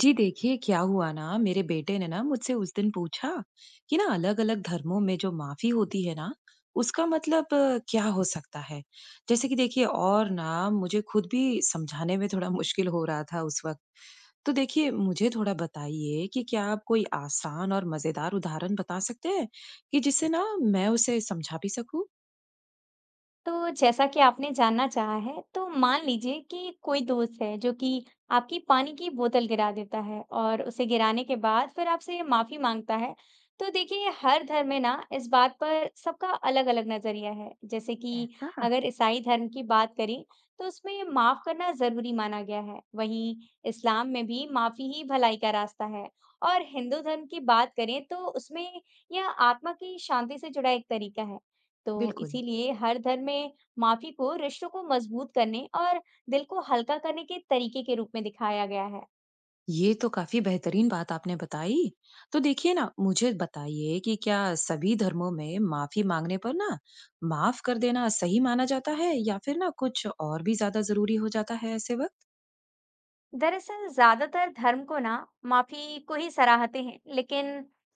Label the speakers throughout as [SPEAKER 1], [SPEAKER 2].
[SPEAKER 1] जी देखिए क्या हुआ ना, मेरे बेटे ने ना मुझसे उस दिन पूछा कि ना अलग अलग धर्मों में जो माफी होती है ना, उसका मतलब क्या हो सकता है। जैसे कि देखिए, और ना मुझे खुद भी समझाने में थोड़ा मुश्किल हो रहा था उस वक्त। तो देखिए, मुझे थोड़ा बताइए कि क्या आप कोई आसान और मजेदार उदाहरण बता सकते हैं कि जिससे ना मैं उसे समझा भी सकूं।
[SPEAKER 2] तो जैसा कि आपने जानना चाहा है, तो मान लीजिए कि कोई दोस्त है जो कि आपकी पानी की बोतल गिरा देता है और उसे गिराने के बाद फिर आपसे माफी मांगता है। तो देखिए हर धर्म में ना इस बात पर सबका अलग-अलग नजरिया है। जैसे कि
[SPEAKER 1] ऐसा?
[SPEAKER 2] अगर ईसाई धर्म की बात करें तो उसमें माफ करना जरूरी माना गया है। वहीं इस्लाम में भी माफी ही भलाई का रास्ता है। और हिंदू धर्म की बात करें तो उसमें यह आत्मा की शांति से जुड़ा एक तरीका है। तो
[SPEAKER 1] बिल्कुल।
[SPEAKER 2] इसीलिए हर धर्म में माफी को रिश्तों को मजबूत करने और दिल को हल्का करने के तरीके के रूप में दिखाया गया है।
[SPEAKER 1] ये तो काफी बेहतरीन बात आपने बताई। तो देखिए ना, मुझे बताइए कि क्या सभी धर्मों में माफी मांगने पर ना माफ कर देना सही माना जाता है, या फिर ना कुछ और भी ज्यादा जरूरी हो जाता है ऐसे वक्त?
[SPEAKER 2] दरअसल ज्यादातर धर्म को ना माफी को ही सराहते हैं, लेकिन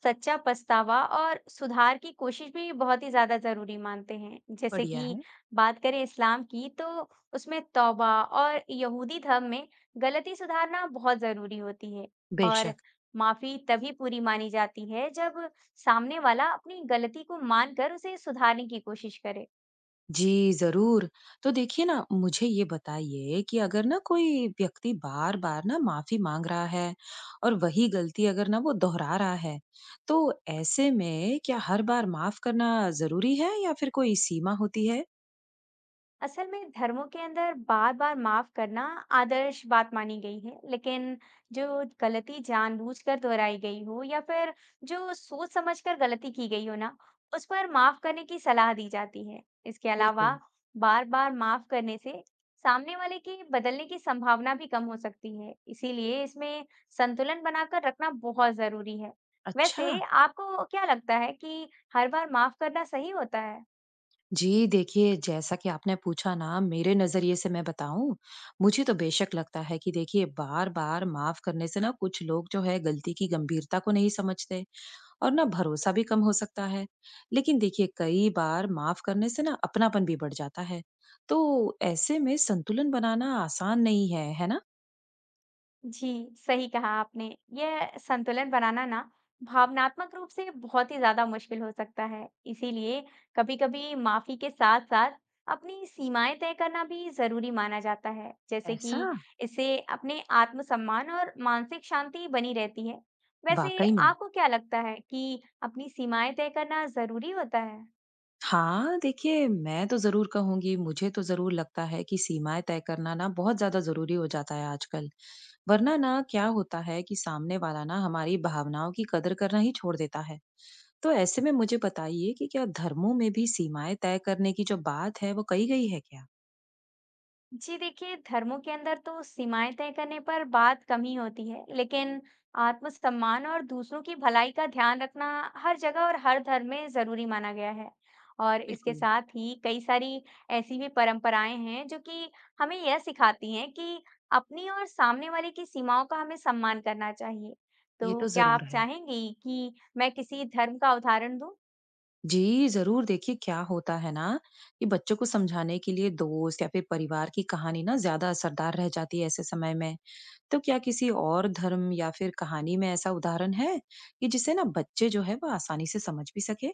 [SPEAKER 2] सच्चा पछतावा और सुधार की कोशिश भी बहुत ही ज्यादा जरूरी मानते हैं। जैसे
[SPEAKER 1] बढ़िया
[SPEAKER 2] कि
[SPEAKER 1] है।
[SPEAKER 2] बात करें इस्लाम की तो उसमें तौबा और यहूदी धर्म में गलती सुधारना बहुत जरूरी होती है। और
[SPEAKER 1] बेशक।
[SPEAKER 2] माफी तभी पूरी मानी जाती है जब सामने वाला अपनी गलती को मानकर उसे सुधारने की कोशिश करे।
[SPEAKER 1] जी, जरूर। तो देखिए ना, मुझे ये बताइए कि अगर ना कोई व्यक्ति बार-बार ना माफी मांग रहा है और वही गलती अगर ना वो दोहरा रहा है, तो ऐसे में क्या हर बार माफ करना जरूरी है, या फिर कोई सीमा होती है?
[SPEAKER 2] असल में धर्मों के अंदर बार बार माफ करना आदर्श बात मानी गई है, लेकिन जो गलती जानबूझकर दोहराई गई हो या फिर जो सोच समझकर गलती की गई हो ना, उस पर माफ करने की सलाह दी जाती है। इसके अलावा
[SPEAKER 1] बिल्कुल।
[SPEAKER 2] बार बार माफ करने से सामने वाले की बदलने की संभावना भी कम हो सकती है, इसीलिए इसमें संतुलन बनाकर रखना बहुत जरूरी है।
[SPEAKER 1] अच्छा।
[SPEAKER 2] वैसे आपको क्या लगता है कि हर बार माफ करना सही होता है?
[SPEAKER 1] जी, देखिए, जैसा कि आपने पूछा ना, मेरे नज़रिए से मैं बताऊँ, मुझे तो बेशक लगता है कि देखिए, बार-बार माफ़ करने से ना कुछ लोग जो है गलती की गंभीरता को नहीं समझते और ना भरोसा भी कम हो सकता है। लेकिन देखिए, कई बार माफ़ करने से ना अपनापन भी बढ़ जाता है। तो ऐसे में संतुलन बनाना आसान नहीं है, है ना?
[SPEAKER 2] जी, सही कहा आपने। यह संतुलन बनाना ना भावनात्मक रूप से बहुत ही ज़्यादा मुश्किल हो सकता है। इसीलिए कभी-कभी माफ़ी के साथ-साथ अपनी सीमाएँ तय करना भी ज़रूरी माना जाता है। जैसे कि
[SPEAKER 1] ऐसा?
[SPEAKER 2] इससे अपने आत्मसम्मान और मानसिक शांति बनी रहती है। वैसे
[SPEAKER 1] वाक़ई में।
[SPEAKER 2] आपको क्या लगता है कि अपनी सीमाएँ तय करना ज़रूरी होता है?
[SPEAKER 1] हाँ, देखिए, मैं तो ज़रूर कहूँगी, मुझे तो ज़रूर लगता है कि सीमाएँ तय करना ना बहुत ज़्यादा ज़रूरी हो जाता है आजकल। वरना ना क्या होता है कि सामने वाला ना हमारी भावनाओं की कदर करना ही छोड़ देता है। तो ऐसे में मुझे बताइए कि क्या धर्मों में भी सीमाएँ तय करने की जो बात है, वो कही गई है क्या?
[SPEAKER 2] जी देखिए, धर्मों के अंदर तो सीमाएं तय करने पर बात कम ही होती है, लेकिन आत्मसम्मान और दूसरों की भलाई का ध्यान रखना हर जगह और हर धर्म में जरूरी माना गया है। और इसके
[SPEAKER 1] बिल्कुल।
[SPEAKER 2] साथ ही कई सारी ऐसी भी परंपराएं हैं जो कि हमें यह सिखाती हैं कि अपनी और सामने वाले की सीमाओं का हमें सम्मान करना चाहिए।
[SPEAKER 1] ये
[SPEAKER 2] तो
[SPEAKER 1] तो
[SPEAKER 2] क्या
[SPEAKER 1] ज़रूर
[SPEAKER 2] आप
[SPEAKER 1] है।
[SPEAKER 2] चाहेंगी कि मैं किसी धर्म का उदाहरण दूं?
[SPEAKER 1] जी, ज़रूर। देखिए, क्या होता है ना कि बच्चों को समझाने के लिए दोस्त या फिर परिवार की कहानी ना ज़्यादा असरदार रह जाती है ऐसे समय में। तो क्या किसी और धर्म या फिर कहानी में ऐसा उदाहरण है कि जिससे ना बच्चे जो है वो आसानी से समझ भी सके?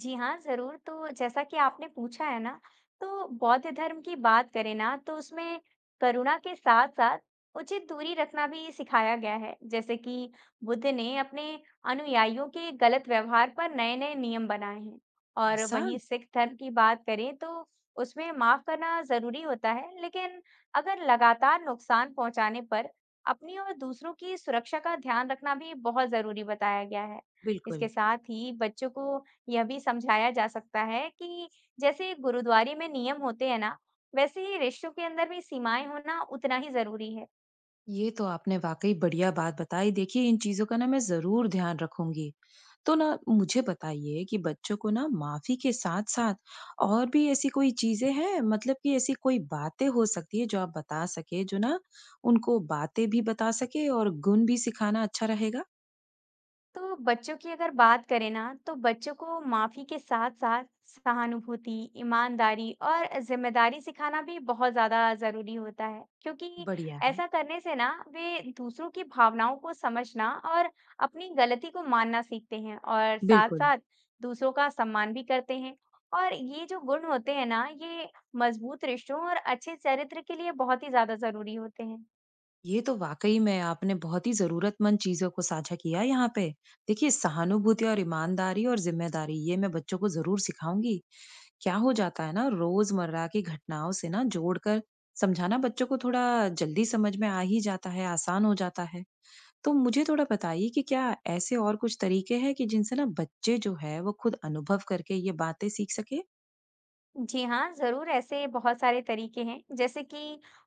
[SPEAKER 2] जी हाँ, ज़रूर। तो जैसा कि आपने पूछा है ना, तो बौद्ध धर्म की बात करें ना, तो उसमें करुणा के साथ-साथ उचित दूरी रखना भी सिखाया गया है। जैसे कि बुद्ध ने अपने अनुयायियों के गलत व्यवहार पर नए-नए नियम बनाए हैं। और
[SPEAKER 1] ऐसा?
[SPEAKER 2] वहीं सिख धर्म की बात करें, तो उसमें माफ़ करना ज़रूरी होता है, लेकिन अगर लगातार नुकसान पहुँचाने पर अपनी और दूसरों की सुरक्षा का ध्यान रखना भी बहुत ज़रूरी बताया गया है।
[SPEAKER 1] बिल्कुल।
[SPEAKER 2] इसके साथ ही बच्चों को यह भी समझाया जा सकता है कि जैसे गुरुद्वारे में नियम होते हैं ना, वैसे ही रिश्तों के अंदर भी सीमाएं होना उतना ही जरूरी है।
[SPEAKER 1] ये तो आपने वाकई बढ़िया बात बताई। देखिए, इन चीज़ों का ना मैं ज़रूर ध्यान रखूँगी। तो ना मुझे बताइए कि बच्चों को ना माफ़ी के साथ-साथ और भी ऐसी कोई चीज़ें हैं, मतलब कि ऐसी कोई बातें हो सकती है जो आप बता सकें, जो ना उनको बातें भी बता सकें और गुण भी सिखाना अच्छा रहेगा?
[SPEAKER 2] तो बच्चों की अगर बात करें ना, तो बच्चों को माफी के साथ साथ सहानुभूति, ईमानदारी और जिम्मेदारी सिखाना भी बहुत ज्यादा जरूरी होता है, क्योंकि
[SPEAKER 1] बढ़िया है।
[SPEAKER 2] ऐसा करने से ना वे दूसरों की भावनाओं को समझना और अपनी गलती को मानना सीखते हैं और साथ
[SPEAKER 1] बिल्कुल।
[SPEAKER 2] साथ दूसरों का सम्मान भी करते हैं। और ये जो गुण होते हैं ना, ये मजबूत रिश्तों और अच्छे चरित्र के लिए बहुत ही ज्यादा जरूरी होते हैं।
[SPEAKER 1] ये तो वाकई में आपने बहुत ही ज़रूरतमंद चीज़ों को साझा किया यहाँ पे। देखिए, सहानुभूति और ईमानदारी और ज़िम्मेदारी, ये मैं बच्चों को ज़रूर सिखाऊँगी। क्या हो जाता है ना, रोजमर्रा की घटनाओं से ना जोड़कर समझाना बच्चों को थोड़ा जल्दी समझ में आ ही जाता है, आसान हो जाता है। तो मुझे थोड़ा बताइए कि क्या ऐसे और कुछ तरीके हैं कि जिनसे ना बच्चे जो है वो खुद अनुभव करके ये बातें सीख सके?
[SPEAKER 2] जी हाँ, ज़रूर ऐसे बहुत सारे तरीके हैं। जैसे कि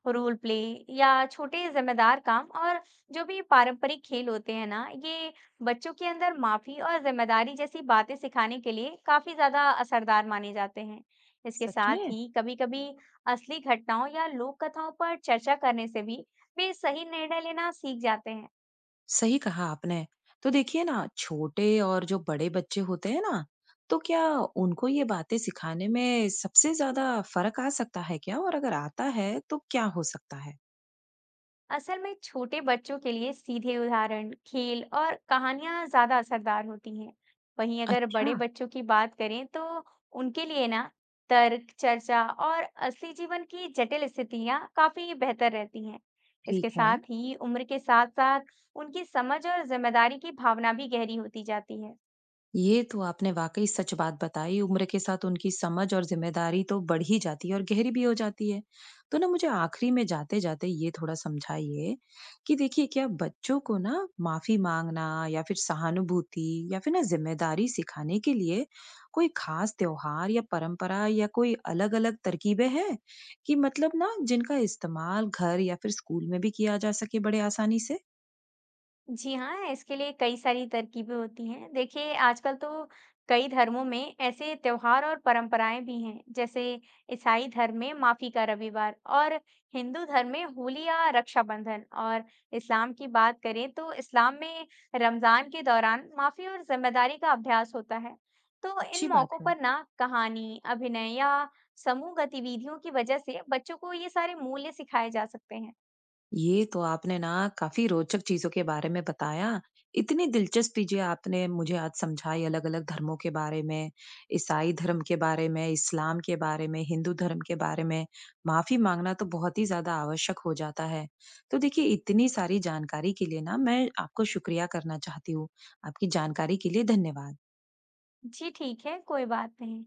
[SPEAKER 2] रोल प्ले या छोटे जिम्मेदार काम और जो भी पारंपरिक खेल होते हैं ना, ये बच्चों के अंदर माफ़ी और जिम्मेदारी जैसी बातें सिखाने के लिए काफ़ी ज़्यादा असरदार माने जाते हैं। इसके
[SPEAKER 1] सच
[SPEAKER 2] साथ
[SPEAKER 1] में।
[SPEAKER 2] ही कभी-कभी असली घटनाओं या लोक कथाओं पर चर्चा करने से भी वे सही निर्णय लेना सीख जाते हैं।
[SPEAKER 1] सही कहा आपने। तो देखिए ना, छोटे और जो बड़े बच्चे होते हैं ना, तो क्या उनको ये बातें सिखाने में सबसे ज्यादा फर्क आ सकता है क्या, और अगर आता है तो क्या हो सकता है?
[SPEAKER 2] असल में छोटे बच्चों के लिए सीधे उदाहरण, खेल और कहानियां ज्यादा असरदार होती हैं। वहीं अगर
[SPEAKER 1] अच्छा।
[SPEAKER 2] बड़े बच्चों की बात करें, तो उनके लिए ना तर्क, चर्चा और असली जीवन की जटिल स्थितियां काफी बेहतर रहती हैं।
[SPEAKER 1] ठीक
[SPEAKER 2] इसके
[SPEAKER 1] है।
[SPEAKER 2] साथ ही उम्र के साथ साथ उनकी समझ और जिम्मेदारी की भावना भी गहरी होती जाती है।
[SPEAKER 1] ये तो आपने वाकई सच बात बताई। उम्र के साथ उनकी समझ और ज़िम्मेदारी तो बढ़ ही जाती है और गहरी भी हो जाती है। तो ना मुझे आखिरी में जाते-जाते ये थोड़ा समझाइए कि देखिए, क्या बच्चों को ना माफ़ी माँगना या फिर सहानुभूति या फिर ना ज़िम्मेदारी सिखाने के लिए कोई ख़ास त्योहार या परंपरा या कोई अलग-अलग तरकीबें हैं? कि मतलब ना जिनका इस्तेमाल घर या फिर स्कूल में भी किया जा सके बड़े आसानी से?
[SPEAKER 2] जी हाँ, इसके लिए कई सारी तरकीबें होती हैं। देखिए, आजकल तो कई धर्मों में ऐसे त्योहार और परंपराएं भी हैं, जैसे ईसाई धर्म में माफ़ी का रविवार और हिंदू धर्म में होली या रक्षाबंधन, और इस्लाम की बात करें तो इस्लाम में रमज़ान के दौरान माफ़ी और जिम्मेदारी का अभ्यास होता है। तो
[SPEAKER 1] अच्छी
[SPEAKER 2] इन
[SPEAKER 1] बात
[SPEAKER 2] मौक़ों
[SPEAKER 1] है।
[SPEAKER 2] पर ना कहानी, अभिनय या समूह गतिविधियों की वजह से बच्चों को ये सारे मूल्य सिखाए जा सकते हैं।
[SPEAKER 1] ये तो आपने ना काफी रोचक चीजों के बारे में बताया। इतनी दिलचस्प चीजें आपने मुझे आज समझाई, अलग-अलग धर्मों के बारे में, ईसाई धर्म के बारे में, इस्लाम के बारे में, हिंदू धर्म के बारे में। माफी मांगना तो बहुत ही ज़्यादा आवश्यक हो जाता है। तो देखिए, इतनी सारी जानकारी के लिए ना मैं आपको शुक्रिया करना चाहती हूँ। आपकी जानकारी के लिए धन्यवाद।
[SPEAKER 2] जी ठीक है, कोई बात नहीं।